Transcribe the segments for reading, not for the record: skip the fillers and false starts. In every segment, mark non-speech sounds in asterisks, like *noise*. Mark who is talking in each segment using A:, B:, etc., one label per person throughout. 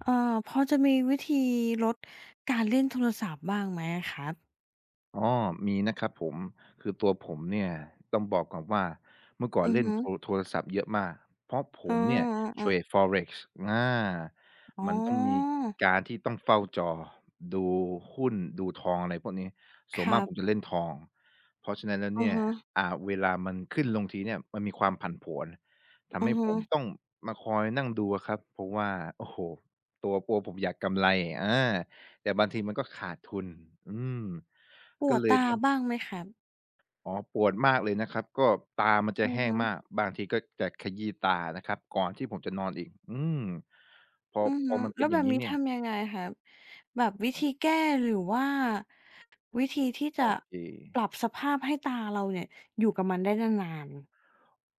A: เอ่อพอจะมีวิธีลดการเล่นโทรศัพท์บ้างไหมอะครับ
B: อ๋อมีนะครับผม คือตัวผมเนี่ยต้องบอกก่อนว่าเมื่อก่อน
A: อือ
B: เล่น
A: ฮึ
B: โทรศัพท์เยอะมาก เพราะผ
A: อ๋อ
B: มเนี่ยเทร
A: อา
B: ด Forex อา
A: ๆอ๋
B: มั
A: อ
B: นต้องมีการที่ต้องเฝ้าจอดูหุ้นดูทองอะไรพวกนี้
A: ค
B: ส่วนมา
A: รั
B: กผ
A: บ
B: มจะเล่นทอง เพราะฉะนั้นแล้ว
A: อะ
B: เนี่ย
A: ฮะ
B: เวลามันขึ้นลงทีเนี่ยมันมีความผันผวนทำ
A: อือ
B: ให้
A: ฮึ
B: ผมต้องมาคอยนั่งดูอะครับ เพราะว่าโอ้โฮตัวผมอยากกำไรอาแต่บางทีมันก็ขาดทุนอืม
A: ป
B: ก็
A: วด
B: เลย
A: ตาบ้าง
B: ทำ
A: ไหมครับ
B: อ๋อปวดมากเลยนะครับก็ตามันจะ
A: อือ
B: แห้ง
A: ฮึ
B: มากบางทีก็จะขยี้ตานะครับก่อนที่ผมจะนอนอีกอืมพอ
A: อือ
B: พอ
A: ฮึ
B: มันเป็
A: แล้
B: น
A: ว
B: อ
A: แบ
B: ย่าง
A: บ
B: งี้
A: นี้
B: เนี่ย
A: ทำยังไงครับแบบวิธีแก้หรือว่าวิธีที่
B: โอโอ
A: จะ
B: เค
A: ปรับสภาพให้ตาเราเนี่ยอยู่กับมันได้นานๆ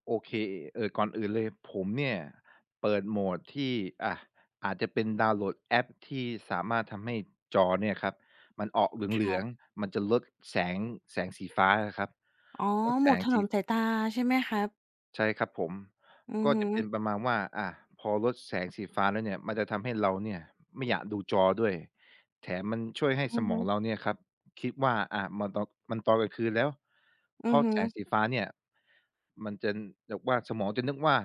B: โอเคก่อนอื่นเลยผมเนี่ยเปิดโหมดที่อะอาจจะเป็นดาวน์โหลดแอปที่สามารถทำให้จอเนี่ยครับมันออกเ
A: ค
B: หลื
A: รั
B: อง
A: บ
B: ๆมันจะลดแสงแสงสีฟ้าอะครับ
A: อ๋อ
B: เพราะแส
A: หมด
B: ง
A: ถน
B: สี
A: อมสายตาใช่ไหมครับ
B: ใช่ครับผม
A: อือ
B: ก็
A: ฮึ
B: จะเป็นประมาณว่าพอลดแสงสีฟ้าแล้วเนี่ยมันจะทำให้เราเนี่ยไม่อยากดูจอด้วยแถมมันช่วยให้
A: อื
B: ส
A: อ
B: มอ
A: ฮึ
B: งเราเนี่ยครับคิดว่ามันตอนกลางคืนแล้ว
A: อื
B: เพ
A: อ
B: ราะ
A: ฮึ
B: แสงสีฟ้าเนี่ยมันจะแบบว่าสมองจะนึกว่า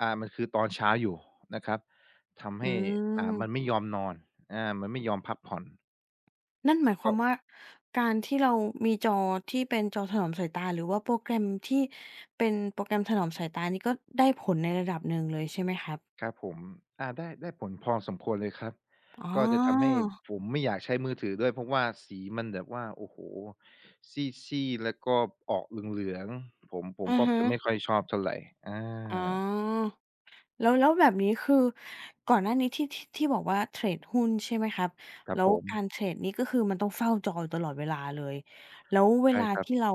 B: มันคือตอนเช้าอยู่นะครับทำ
A: อื
B: ให้มันไม่
A: ม
B: ยอมนอนมันไม่ยอมพักผ่อน
A: นั่นหมายค
B: ก็
A: วามว่าการที่เรามีจอที่เป็นจอถนอมสายตาหรือว่าโปรแกรมที่เป็นโปรแกรมถนอมสายตานี่ก็ได้ผลในระดับหนึ่งเลยใช่ไหมครับ
B: ครับผมได้ผลพอสมควรเลยครับ
A: อ๋
B: ก็จะทำให้
A: อ
B: ผมไม่อยากใช้มือถือด้วยเพราะว่าสีมันแบบว่าโอ้โฮซีดๆแล้วก็ออกเหลืองๆผม
A: อะ
B: ก็จะไม่ค่
A: ฮะ
B: อยชอบเท่าไรอ
A: อ๋อ
B: า
A: แล้วแล้วแบบนี้คือก่อนหน้านี้ที่บอกว่าเทรดหุ้นใช่ไหมครับ
B: ครับ
A: แล้
B: ผ
A: ว
B: ม
A: การเทรดนี่ก็คือมันต้องเฝ้าจออยู่ตลอดเวลาเลยแล้วเว
B: ใช่
A: ลา
B: ครับ
A: ที่เรา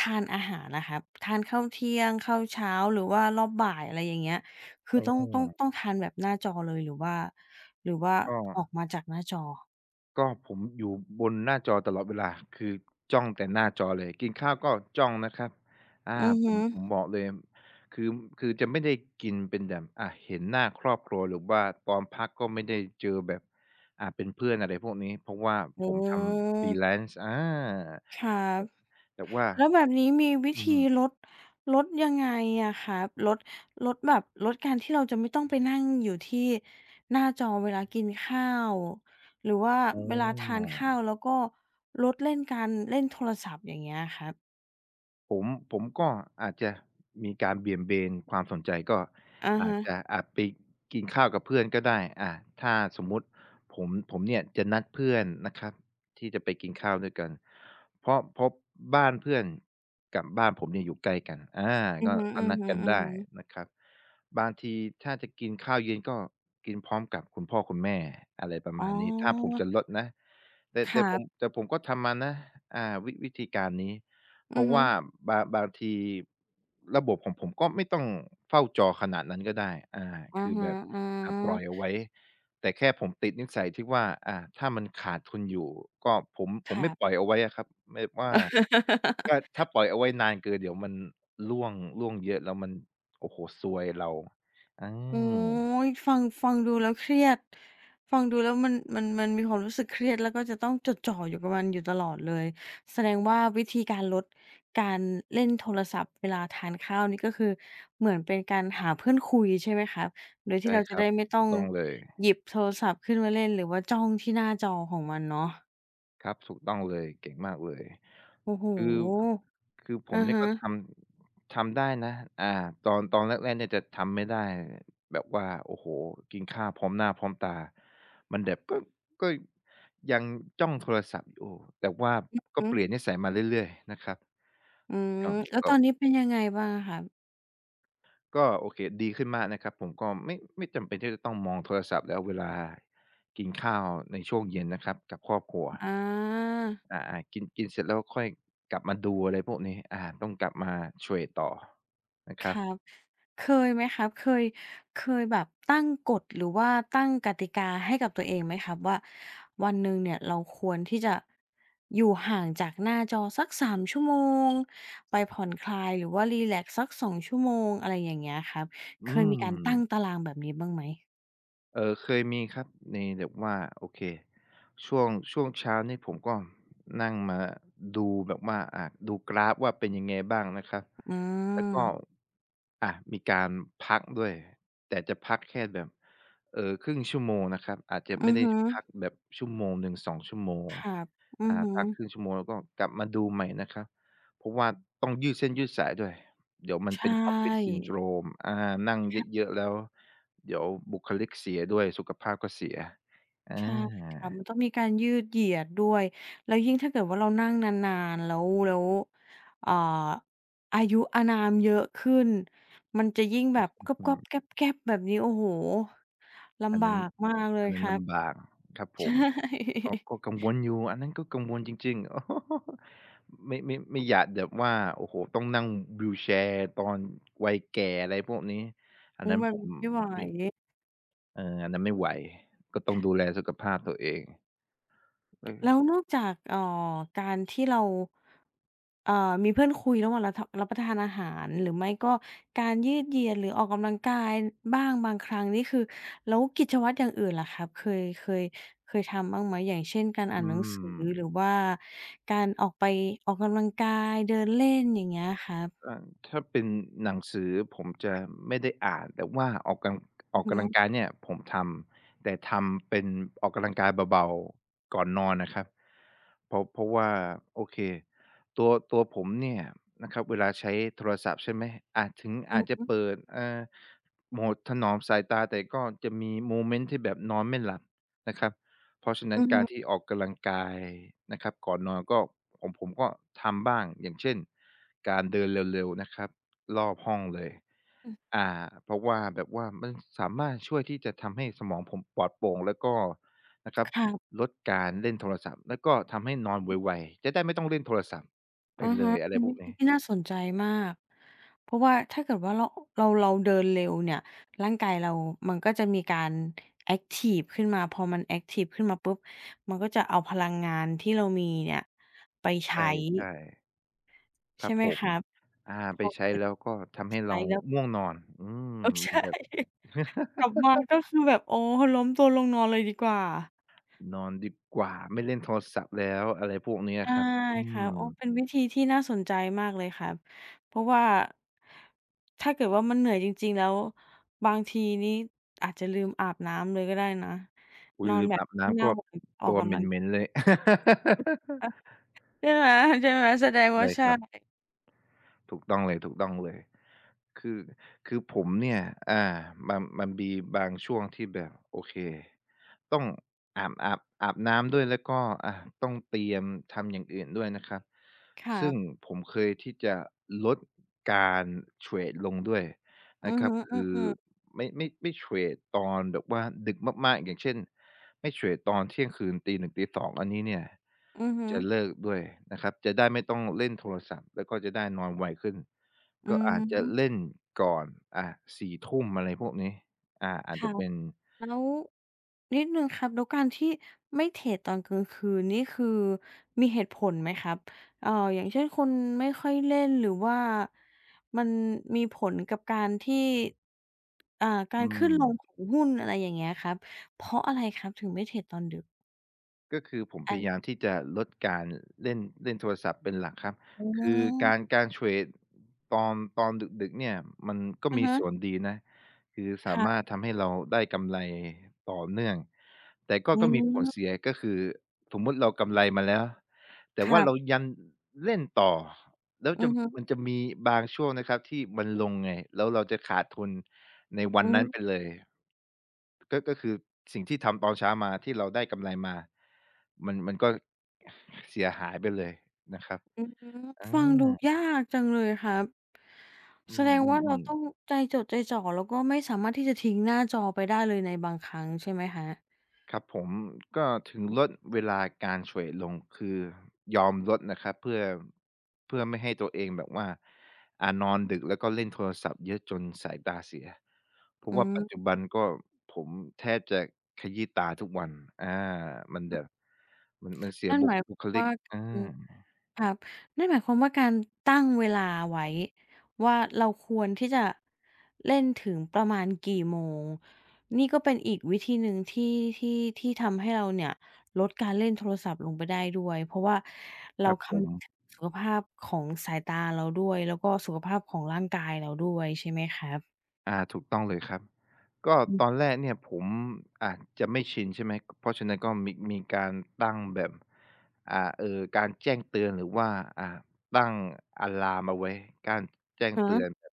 A: ทานอาหารนะครับทานข้าวเที่ยงข้าวเช้าหรือว่ารอบบ่ายอะไรอย่างเงี้ยคื
B: อื
A: อต้อง
B: ม
A: ทานแบบหน้าจอเลยหรือว่าหรือว่า
B: ก็
A: ออกมาจากหน้าจอ
B: ก็ผมอยู่บนหน้าจอตลอดเวลาคือจ้องแต่หน้าจอเลยกินข้าวก็จ้องนะครับ
A: อือ
B: ผม
A: ฮึ
B: ผมบอกเลยคือคือจะไม่ได้กินเป็นแบบเห็นหน้าครอบครัวหรือว่าตอนพักก็ไม่ได้เจอแบบเป็นเพื่อนอะไรพวกนี้เพราะว่า
A: อื
B: ผมทำ
A: ม
B: Freelance
A: ครับ
B: แต่แต่ว่า
A: แล้วแบบนี้มีวิ
B: อื
A: ธี
B: ม
A: ลดลดยังไงอะครับลดแบบลดการที่เราจะไม่ต้องไปนั่งอยู่ที่หน้าจอเวลากินข้าวหรือว่า
B: อ๋อ
A: เวลาทานข้าวแล้วก็ลดเล่นการเล่นโทรศัพท์อย่างเงี้ยครับ
B: ผมผมก็อาจจะมีการเบี่ยงเบนความสนใจก็
A: อะ
B: อาจ
A: ฮะ
B: จะไปกินข้าวกับเพื่อนก็ได้ถ้าสมมุติผมเนี่ยจะนัดเพื่อนนะครับที่จะไปกินข้าวด้วยกันเพราะบ้านเพื่อนกับบ้านผมเนี่ยอยู่ใกล้กัน
A: อือ
B: ก็
A: ฮึ
B: ก็นัดกันได้
A: ๆๆ
B: นะครับบางทีถ้าจะกินข้าวเย็นก็กินพร้อมกับคุณพ่อคุณแม่อะไรประ
A: อ๋
B: มาณนี้ถ้าผม
A: อ
B: จะลดนะแต่
A: ค
B: แต่
A: รั
B: ผม
A: บ
B: แต่ผมก็ทำมานะวิธีการนี้ เพ
A: อือ
B: ราะ
A: ฮึ
B: ว่าบางทีระบบของผมก็ไม่ต้องเฝ้าจอขนาดนั้นก็ได้
A: อะ
B: คือแบ
A: ฮะ
B: บ
A: อ๋อ
B: ปล่อยเอาไว้แต่แค่ผมติดนิสัยที่ว่าถ้ามันขาดทุนอยู่ก็ผมผ
A: ค
B: มไม่
A: รั
B: ปล่อ
A: บ
B: ยเอาไว้อะครับแบบว่าถ้า
A: *laughs*
B: ถ้าปล่อยเอาไว้นานเกินเดี๋ยวมันร่วงเยอะแล้วมันโอ้โฮซวยเราอ
A: โอ้
B: า
A: ยฟังดูแล้วเครียดฟังดูแล้วมันมีความรู้สึกเครียดแล้วก็จะต้องจดจ่ออยู่กับมันอยู่ตลอดเลยแสดงว่าวิธีการลดการเล่นโทรศัพท์เวลาทานข้าวนี่ก็คือเหมือนเป็นการหาเพื่อนคุยใช่ไหมครับโดยที่
B: ใช่
A: เรา
B: ค
A: จะ
B: รับ
A: ได้ไม่ต้
B: ถู
A: อ
B: ก
A: ง
B: ต้องเลย
A: หยิบโทรศัพท์ขึ้นมาเล่นหรือว่าจ้องที่หน้าจอของมันเนาะ
B: ครับถูกต้องเลยเก่งมากเลย
A: โอ้โฮ
B: คือคือผม
A: อะ
B: เนี่ย
A: ฮะ
B: ก็ทำได้นะอ่าตอนแรกๆเนี่ยจะทำไม่ได้แบบว่าโอ้โฮกินข้าวพร้อมหน้าพร้อมตามันแบบก็ยังจ้องโทรศัพท์อยู่แต่ว่าก็
A: อื
B: เป
A: อ
B: ลี่ยนนิสัยมาเรื่อยๆนะครับ
A: อืม
B: ก็
A: แล้วต
B: ก็
A: อนนี้เป็นยังไงบ้างอะคร
B: ก็โอเคดีขึ้นมากนะครับผมก็ไม่จำเป็นที่จะต้องมองโทรศัพท์แล้วเวลากินข้าวในช่วงเย็นนะครับกับครอบครัว
A: อา
B: อาๆกินกินเสร็จแล้วค่อยกลับมาดูอะไรพวกนี้ต้องกลับมาเทรดต่อนะค
A: ค
B: รับ
A: รับเคยไหมครับเคยแบบตั้งกฎหรือว่าตั้งกติกาให้กับตัวเองไหมครับว่าวันหนึ่งเนี่ยเราควรที่จะอยู่ห่างจากหน้าจอสักสามชั่วโมงไปผ่อนคลายหรือว่ารีแลกซ์สักสองชั่วโมงอะไรอย่างเงี้ยครับเค
B: อืม
A: ยมีการตั้งตารางแบบนี้บ้างไหม
B: เออเคยมีครับในแบบว่าโอเคช่วงเช้านี่ผมก็นั่งมาดูแบบว่าดูกราฟว่าเป็นยังไงบ้างนะครับ
A: อื
B: แล้วก็
A: ม
B: อ่ามีการพักด้วยแต่จะพักแค่แบบครึ่งชั่วโมงนะครับอาจจะ
A: อื
B: ไม่
A: อ
B: ได้
A: ฮึ
B: พักแบบชั่วโมงหนึ่ง2ชั่วโมง
A: ครับอือฮึ
B: พักครึ่งชั่วโมงแล้วก็กลับมาดูใหม่นะครับเพราะว่าต้องยืดเส้นยืดสายด้วยเดี๋ยวมันเป็
A: ใช่
B: น Office Syndrome นั่งเยอะๆแล้ว เดี๋ยวบุคลิกเสียด้วยสุขภาพก็เสียอ
A: ใช่
B: า
A: ค่ะมันต้องมีการยืดเหยียดด้วยแล้วยิ่งถ้าเกิดว่าเรานั่งนานๆแล้วแล้วเอ่าอายุอานามเยอะขึ้นมันจะยิ่งแบบก๊
B: อื
A: อบๆ
B: ม
A: แก๊บๆแบบนี้โอ้โฮ
B: อัน
A: ลำบา
B: นั้น
A: กมากเล
B: อัน
A: ย
B: นั้
A: ค
B: น
A: รับ
B: ลำบากครับ
A: *laughs*
B: ผ
A: ใช่
B: มก็กัง
A: *laughs*
B: วลอยู่ อันนั้นก็กังวลจริงๆ *laughs* ไม่อยากแบบว่า โอ้โฮต้องนั่งวีลแชร์ตอนวัยแก่อะไรพวกนี้ อัน
A: โอ้
B: นั้น
A: แบ
B: ผ
A: บ
B: ม
A: นี้ไม่ไหว
B: ไม่อันนั้นไม่ไหว ก็ต้องดูแลสุขภาพตัวเอง
A: แล้ว
B: เออ
A: นอกจากการที่เราเอ่อมีเพื่อนคุยระหว่างรับทะรับประทานอาหารหรือไม่ก็การยืดเหยียดหรือออกกำลังกายบ้างบางครั้งนี่คือแล้วกิจวัตรอย่างอื่นล่ะครับเคยทำบ้างไหมอย่างเช่นการอ่า
B: อื
A: นหนัง
B: ม
A: สือหรือว่าการออกไปออกกำลังกายเดินเล่นอย่างเงี้ยครั
B: เอ
A: บ
B: อถ้าเป็นหนังสือผมจะไม่ได้อ่านแต่ว่าอ
A: อื
B: อ
A: อ
B: กกำลั
A: ฮึ
B: งกายเนี่ยผมทำแต่ทำเป็นออกกำลังกายเบาๆก่อนนอนนะครับเพราะว่าโอเคตัวผมเนี่ยนะครับเวลาใช้โทรศัพท์ใช่ไหมอาจจะ
A: อือ
B: เปิดโหมดถนอมสายตาแต่ก็จะมีโมเมนต์ที่แบบนอนไม่หลับนะครับ เพราะฉะนั้
A: อื
B: น
A: อ
B: การที่
A: ฮึ
B: ออกกำลังกายนะครับก่อนนอนก็ของผมก็ทำบ้างอย่างเช่นการเดินเร็วๆนะครับรอบห้องเลย
A: อือ
B: อ่าเพราะว่าแบบว่ามันสามารถช่วยที่จะทำให้สมองผมปลอดโปร่งแล้วก็นะครับ
A: ค่ะ
B: ลดการเล่นโทรศัพท์แล้วก็ทำให้นอนไวๆจะได้ไม่ต้องเล่นโทรศัพท์ไป
A: ออ
B: เล
A: ฮะ
B: ยอะไร
A: เป็น
B: พว
A: วิ
B: ก
A: ธี
B: นี้
A: ที่น่าสนใจมากเพราะว่าถ้าเกิดว่าเราเดินเร็วเนี่ยร่างกายเรามันก็จะมีการแอคทีฟขึ้นมาพอมันแอคทีฟขึ้นมาปุ๊บมันก็จะเอาพลังงานที่เรามีเนี่ยไป
B: ใ
A: ใช้
B: ช่ๆครั
A: ใช่
B: บ
A: ไหม
B: ผม
A: คะพ
B: ไป
A: อ
B: ใช้
A: เกิด
B: แล้วก็ทำให้เรา
A: ใช้แล้ว
B: ง่วงนอนม
A: *laughs* เออ
B: มัน
A: ใช่
B: แบบ
A: กลับมาก็คือแบบโอ้ล้มตัวลงนอนเลยดีกว่า
B: นอนดีกว่าไม่เล่นโทรศัพท์แล้วอะไรพวกเนี้ย
A: ได้
B: ครับอื
A: ค่ะ
B: ม
A: โอ้เป็นวิธีที่น่าสนใจมากเลยครับเพราะว่าถ้าเกิดว่ามันเหนื่อยจริงๆแล้วบางทีนี้อาจจะลืมอาบน้ำเลยก็ได้นะ
B: อุ๊
A: น
B: ย
A: อน
B: ลืม
A: แบบ
B: อาบน้ำก็
A: เง่าออ
B: ตั
A: ก
B: วเห
A: กำลัง
B: ม็นๆเลย
A: อาใช่ไหมใช่ไหมแสดง
B: ะ *laughs*
A: ว่า
B: ไรค
A: ใช่
B: รับ ถูกต้องเลยถูกต้องเลยคือผมเนี่ยอ่ามันมีบางช่วงที่แบบโอเคต้องอาบน้ำด้วยแล้วก็ต้องเตรียมทำอย่างอื่นด้วยนะครับ
A: ครั
B: ซึ่ง
A: บ
B: ผมเคยที่จะลดการเทรดลงด้วย
A: อื
B: นะ
A: อ
B: ครั
A: ฮึ
B: บ
A: ๆอื
B: คื
A: อ
B: อ
A: ฮึ
B: ไม่เทรดตอนแบบว่าดึกมากๆอย่างเช่น ไม่เทรดตอนเที่ยงคืนตีห1ึ่ง2ีสองอันนี้เนี่ย
A: อือฮึ
B: จะเลิกด้วยนะครับจะได้ไม่ต้องเล่นโทรศัพท์แล้วก็จะได้นอนไวขึ้น
A: อื
B: ก็อาจจะเล่
A: ม
B: นก่อนอ่าสี่ทุ่มอะไรพวกนี้อาจ
A: ค่ะ
B: จะเป็น
A: แล้วนิดหนึ่งครับแล้วการที่ไม่เทรดตอนกลางคืนนี่คือมีเหตุผลไหมครับเอ่ออย่างเช่นคนไม่ค่อยเล่นหรือว่ามันมีผลกับการที่อ่ากา
B: อื
A: รขึ้
B: ม
A: นลงของหุ้นอะไรอย่างเงี้ยครับเพราะอะไรครับถึงไม่เทรดตอนดึก
B: ก็คือผมพ
A: อัน
B: ยายามที่จะลดการเล่นเล่นโทรศัพท์เป็นหลักครับ
A: อ๋
B: คือ
A: อ
B: การเทรดตอนดึกๆเนี่ยมันก็
A: อะ
B: มี
A: ฮะ
B: ส่วนดีนะคือสามาร
A: ค่ะ
B: ถทำให้เราได้กำไรต่อเนื่องแต่ก็
A: อื
B: มีผล
A: ม
B: เสียก็คือสมมุติเรากำไรมาแล้วแต่
A: ค
B: ว่า
A: รั
B: เรา
A: บ
B: ยังเล่นต่อ แล้ว
A: อื
B: จะ
A: อฮึ
B: มันจะมีบางช่วงนะครับที่มันลงไง แล้วเราจะขาดทุนในวัน
A: อื
B: นั้นไป
A: ม
B: เลยก็คือสิ่งที่ทำตอนเช้ามาที่เราได้กำไรมา มันก็เสียหายไปเลยนะครับ
A: อืม
B: อา
A: ฟังดูยากจังเลยครับ
B: อื
A: แสดงว่าเรา
B: ม
A: ต้อง
B: ๆๆ
A: ใจจดใจจ่อแล้วก็ไม่สามารถที่จะทิ้งหน้าจอไปได้เลยในบางครั้งใช่ไหมครับ
B: ครับผมก็ถึงลดเวลาการเฉวยลงคือยอมลดนะครับเพื่อไม่ให้ตัวเองแบบว่านอนดึกแล้วก็เล่นโทรศัพท์เยอะจนสายตาเสียเพราะ
A: อื
B: ว่าปัจจุ
A: ม
B: บันก็ผมแทบจะขยี้ตาทุกวันอามันแบบมันเสีย
A: นั่นหมาย
B: บุคลิก
A: ว่า
B: อา
A: อือ ครับนั่นหมายความว่าการตั้งเวลาไว้ว่าเราควรที่จะเล่นถึงประมาณกี่โมง นี่ก็เป็นอีกวิธีหนึ่งที่ที่ที่ทำให้เราเนี่ยลดการเล่นโทรศัพท์ลงไปได้ด้วยเพราะว่า
B: ค
A: เรา
B: รับผ
A: คำ
B: ม
A: นึงถึงสุขภาพของสายตาเราด้วยแล้วก็สุขภาพของร่างกายเราด้วยใช่ไหมครับ
B: ถูกต้องเลยครับก็
A: อื
B: ต
A: อ
B: อนแรกเนี่ยผมอาจจะไม่ชินใช่ไหมเพราะฉะนั้นก็มีการตั้งแบบอ่าเอ่อการแจ้งเตือนหรือว่าอ่าตั้งอะลาร์มเอาไว้การแจ้ง
A: ฮึ
B: เตือนแบบ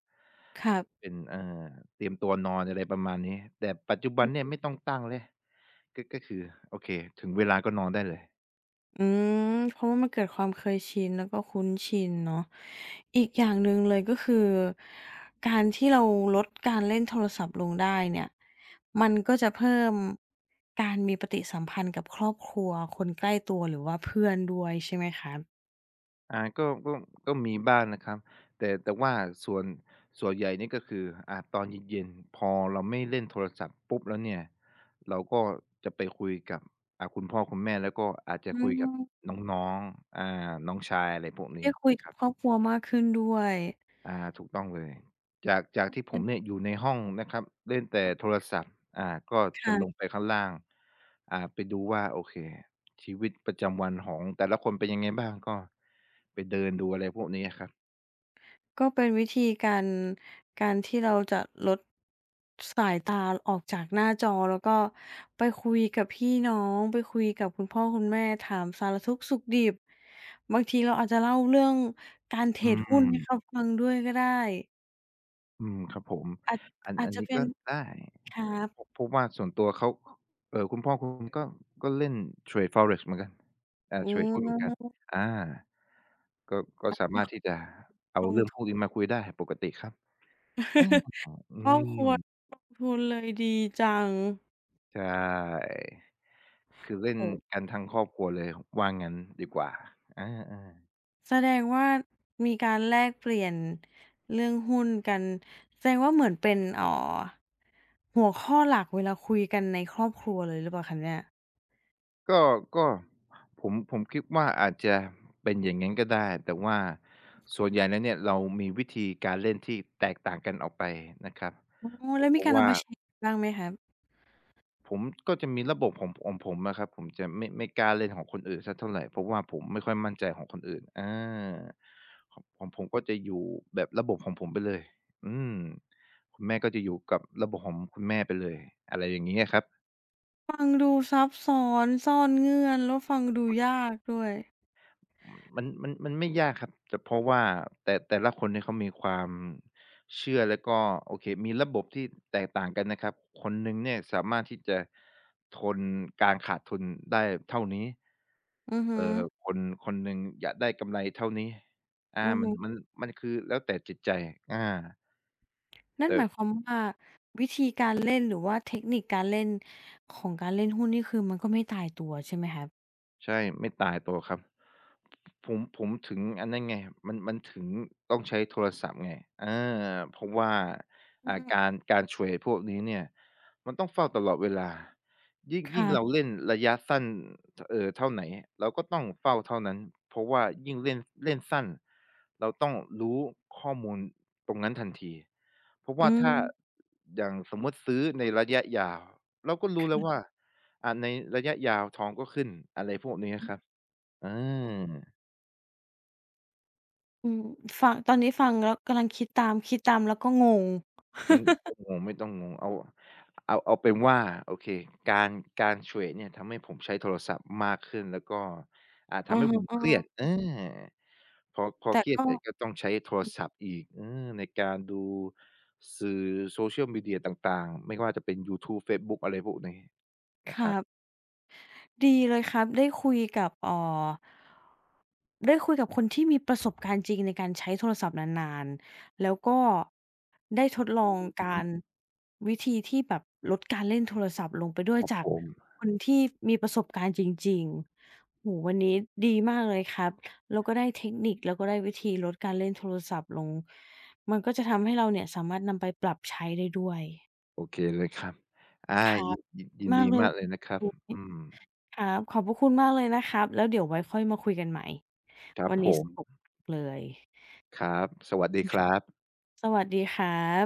A: ครับ
B: เป็นเตรียมตัวนอนอะไรประมาณนี้แต่ปัจจุบันเนี่ยไม่ต้องตั้งแล้วก็คือโอเคถึงเวลาก็นอนได้เลย
A: อืมเพราะว่ามันเกิดความเคยชินแล้วก็คุ้นชินเนาะอีกอย่างหนึ่งเลยก็คือการที่เราลดการเล่นโทรศัพท์ลงได้เนี่ยมันก็จะเพิ่มการมีปฏิสัมพันธ์กับครอบครัวคนใกล้ตัวหรือว่าเพื่อนด้วยใช่ไหมคะ
B: ก็มีบ้างนะครับแต่ว่าส่วนส่วนใหญ่นี่ก็คือตอนเย็นๆพอเราไม่เล่นโทรศัพท์ปุ๊บแล้วเนี่ยเราก็จะไปคุยกับคุณพ่อคุณแม่แล้วก็อาจจะ
A: อื
B: คุยกับ
A: ม
B: น้องๆน้องชายอะไรพวกนี้
A: ได้คุย
B: นะค
A: กั
B: รั
A: บครอ
B: บ
A: บครัวมากขึ้นด้วย
B: อาถูกต้องเลยจากที่ผ
A: อือ
B: มเนี่ยอยู่ในห้องนะครับเล่นแต่โทรศัพท์ก็จะลงไป
A: ค่ะ
B: ข้างล่างไปดูว่าโอเคชีวิตประจำวันของแต่ละคนเป็นยังไงบ้างก็ไปเดินดูอะไรพวกนี้ะครับ
A: ก็เป็นวิธีการการที่เราจะลดสายตาออกจากหน้าจอแล้วก็ไปคุยกับพี่น้องไปคุยกับคุณพ่อคุณแม่ถามสารทุกข์สุขดิบบางทีเราอาจจะเล่าเรื่องการเท
B: อื
A: รดหุ้นให้เขา
B: ม
A: ฟังด้วยก็ได้
B: อืมครับผม
A: อาจอา
B: อั
A: จ
B: น
A: จะ
B: นี้
A: เป็
B: ก็
A: น
B: ได้
A: ครับ
B: เพราะว่าส่วนตัวเขาคุณพ่อคุณก็เล่นเทรด Forex เหมือนกัน
A: อื
B: เทรดหุ้นเหมือนกัน
A: ม
B: อาก็ก็สามารถที่จะเอา
A: *laughs* ลง
B: เรื่องพ
A: ทุ
B: วก
A: น
B: นี้มาคุยได้ปกติครับอา
A: *laughs*
B: อื
A: ครอบค
B: ม
A: รัวลงทุนเลยดีจัง
B: ใช่คือ
A: โอ้
B: เล่น
A: โฮ
B: กันทั้งครอบครัวเลยว่างั้นดีกว่าอาๆ
A: แสดงว่ามีการแลกเปลี่ยนเรื่องหุ้นกันแสดงว่าเหมือนเป็นหัวข้อหลักเวลาคุยกันในครอบครัวเลยหรือเปล่าคะเนี่ย
B: ก็ก็ผมคิดว่าอาจจะเป็นอย่างงั้นก็ได้แต่ว่าส่วนใหญ่แล้วเนี่ยเรามีวิธีการเล่นที่แตกต่างกันออกไปนะครับ
A: อ๋อแล้ว
B: เพ
A: มี
B: ราะ
A: การเอา
B: ว่า
A: มาแชร์บ้างไหมครับ
B: ผมก็จะมีระบบของผมอะครับผมจะไม่กล้าเล่นของคนอื่นสักเท่าไรเพราะว่าผมไม่ค่อยมั่นใจของคนอื่นของผมก็จะอยู่แบบระบบของผมไปเลยอืมคุณแม่ก็จะอยู่กับระบบของคุณแม่ไปเลยอะไรอย่างงี้อะครับ
A: ฟังดูซับซ้อนซ่อนเงื่อนแล้วฟังดูยากด้วย
B: มมันไม่ยากครับแต่เพราะว่าแต่ละคนเนี่ยเขามีความเชื่อแล้วก็โอเคมีระบบที่แตกต่างกันนะครับคนหนึ่งเนี่ยสามารถที่จะทนการขาดทุนได้เท่านี้
A: อือฮึ
B: คนคนหนึ่งอยากได้กำไรเท่านี้อา
A: อือ
B: มัน
A: ฮึ
B: มันมันคือแล้วแต่จิตใจอา
A: นั่นหมายค
B: แต่
A: วามว่าวิธีการเล่นหรือว่าเทคนิคการเล่นของการเล่นหุ้นนี่คือมันก็ไม่ตายตัวใช่ไหมครับ
B: ใช่ไม่ตายตัวครับผมถึงอันนั้นไงมันถึงต้องใช้โทรศัพท์ไงอาเพราะว่า
A: อืม
B: การเทรดพวกนี้เนี่ยมันต้องเฝ้าตลอดเวลายิ่งเรา
A: ค่ะ
B: เล่นระยะสั้นเท่าไหนเราก็ต้องเฝ้าเท่านั้นเพราะว่ายิ่งเล่นเล่นสั้นเราต้องรู้ข้อมูลตรงนั้นทันทีเพราะ
A: อื
B: ว่า
A: ม
B: ถ้าอย่างสมมุติซื้อในระยะยาวเราก็รู้แล้ว
A: ค่ะ
B: ว่า ในระยะยาวทองก็ขึ้นอะไรพวกนี้ะครับอา
A: อืมฟังตอนนี้ฟังแล้วกำลังคิดตามคิดตามแล้วก็งง
B: ไม่ต้องงงไม่ต้องงงเอาเป็นว่าโอเคการการเทรดเนี่ยทำให้ผมใช้โทรศัพท์มากขึ้นแล้วก็ทำ
A: อะ
B: ให้ผม
A: ฮ
B: เครียด
A: ะ
B: พอ
A: ๆแต่
B: เครียด
A: ก็
B: เสร็จก็ต้องใช้โทรศัพท์อีกในการดูสื่อ Social Media ต่างๆไม่ว่าจะเป็นยูทูบเฟซบุ๊กอะไรพวกนี้
A: ค
B: นะค
A: รั
B: รับ
A: บ ดีเลยครับได้คุยกับได้คุยกับคนที่มีประสบการณ์จริงในการใช้โทรศัพท์นานๆแล้วก็ได้ทดลองการวิธีที่แบบลดการเล่นโทรศัพท์ลงไปด้ว
B: ค
A: ย
B: รับ
A: จา
B: ผ
A: ก
B: ม
A: คนที่มีประสบการณ์จริงๆโอ้โฮวันนี้ดีมากเลยครับแล้วก็ได้เทคนิคแล้วก็ได้วิธีลดการเล่นโทรศัพท์ลงมันก็จะทำให้เราเนี่ยสามารถนำไปปรับใช้ได้ด้วย
B: โอเคเลยครับอา
A: ครับ
B: ยิน
A: มา
B: ดี
A: กเลย
B: มากเลยนะครับอื
A: *unintelligible*
B: ม
A: ครับขอบพระคุณมากเลยนะครับแล้วเดี๋ยวไว้ค่อยมาคุยกันใหม่
B: ครับ
A: วัน
B: ผ
A: นี้ส
B: ม
A: นุกเลย
B: ครับ สวัสดีครับ
A: *laughs* สวัสดีครับ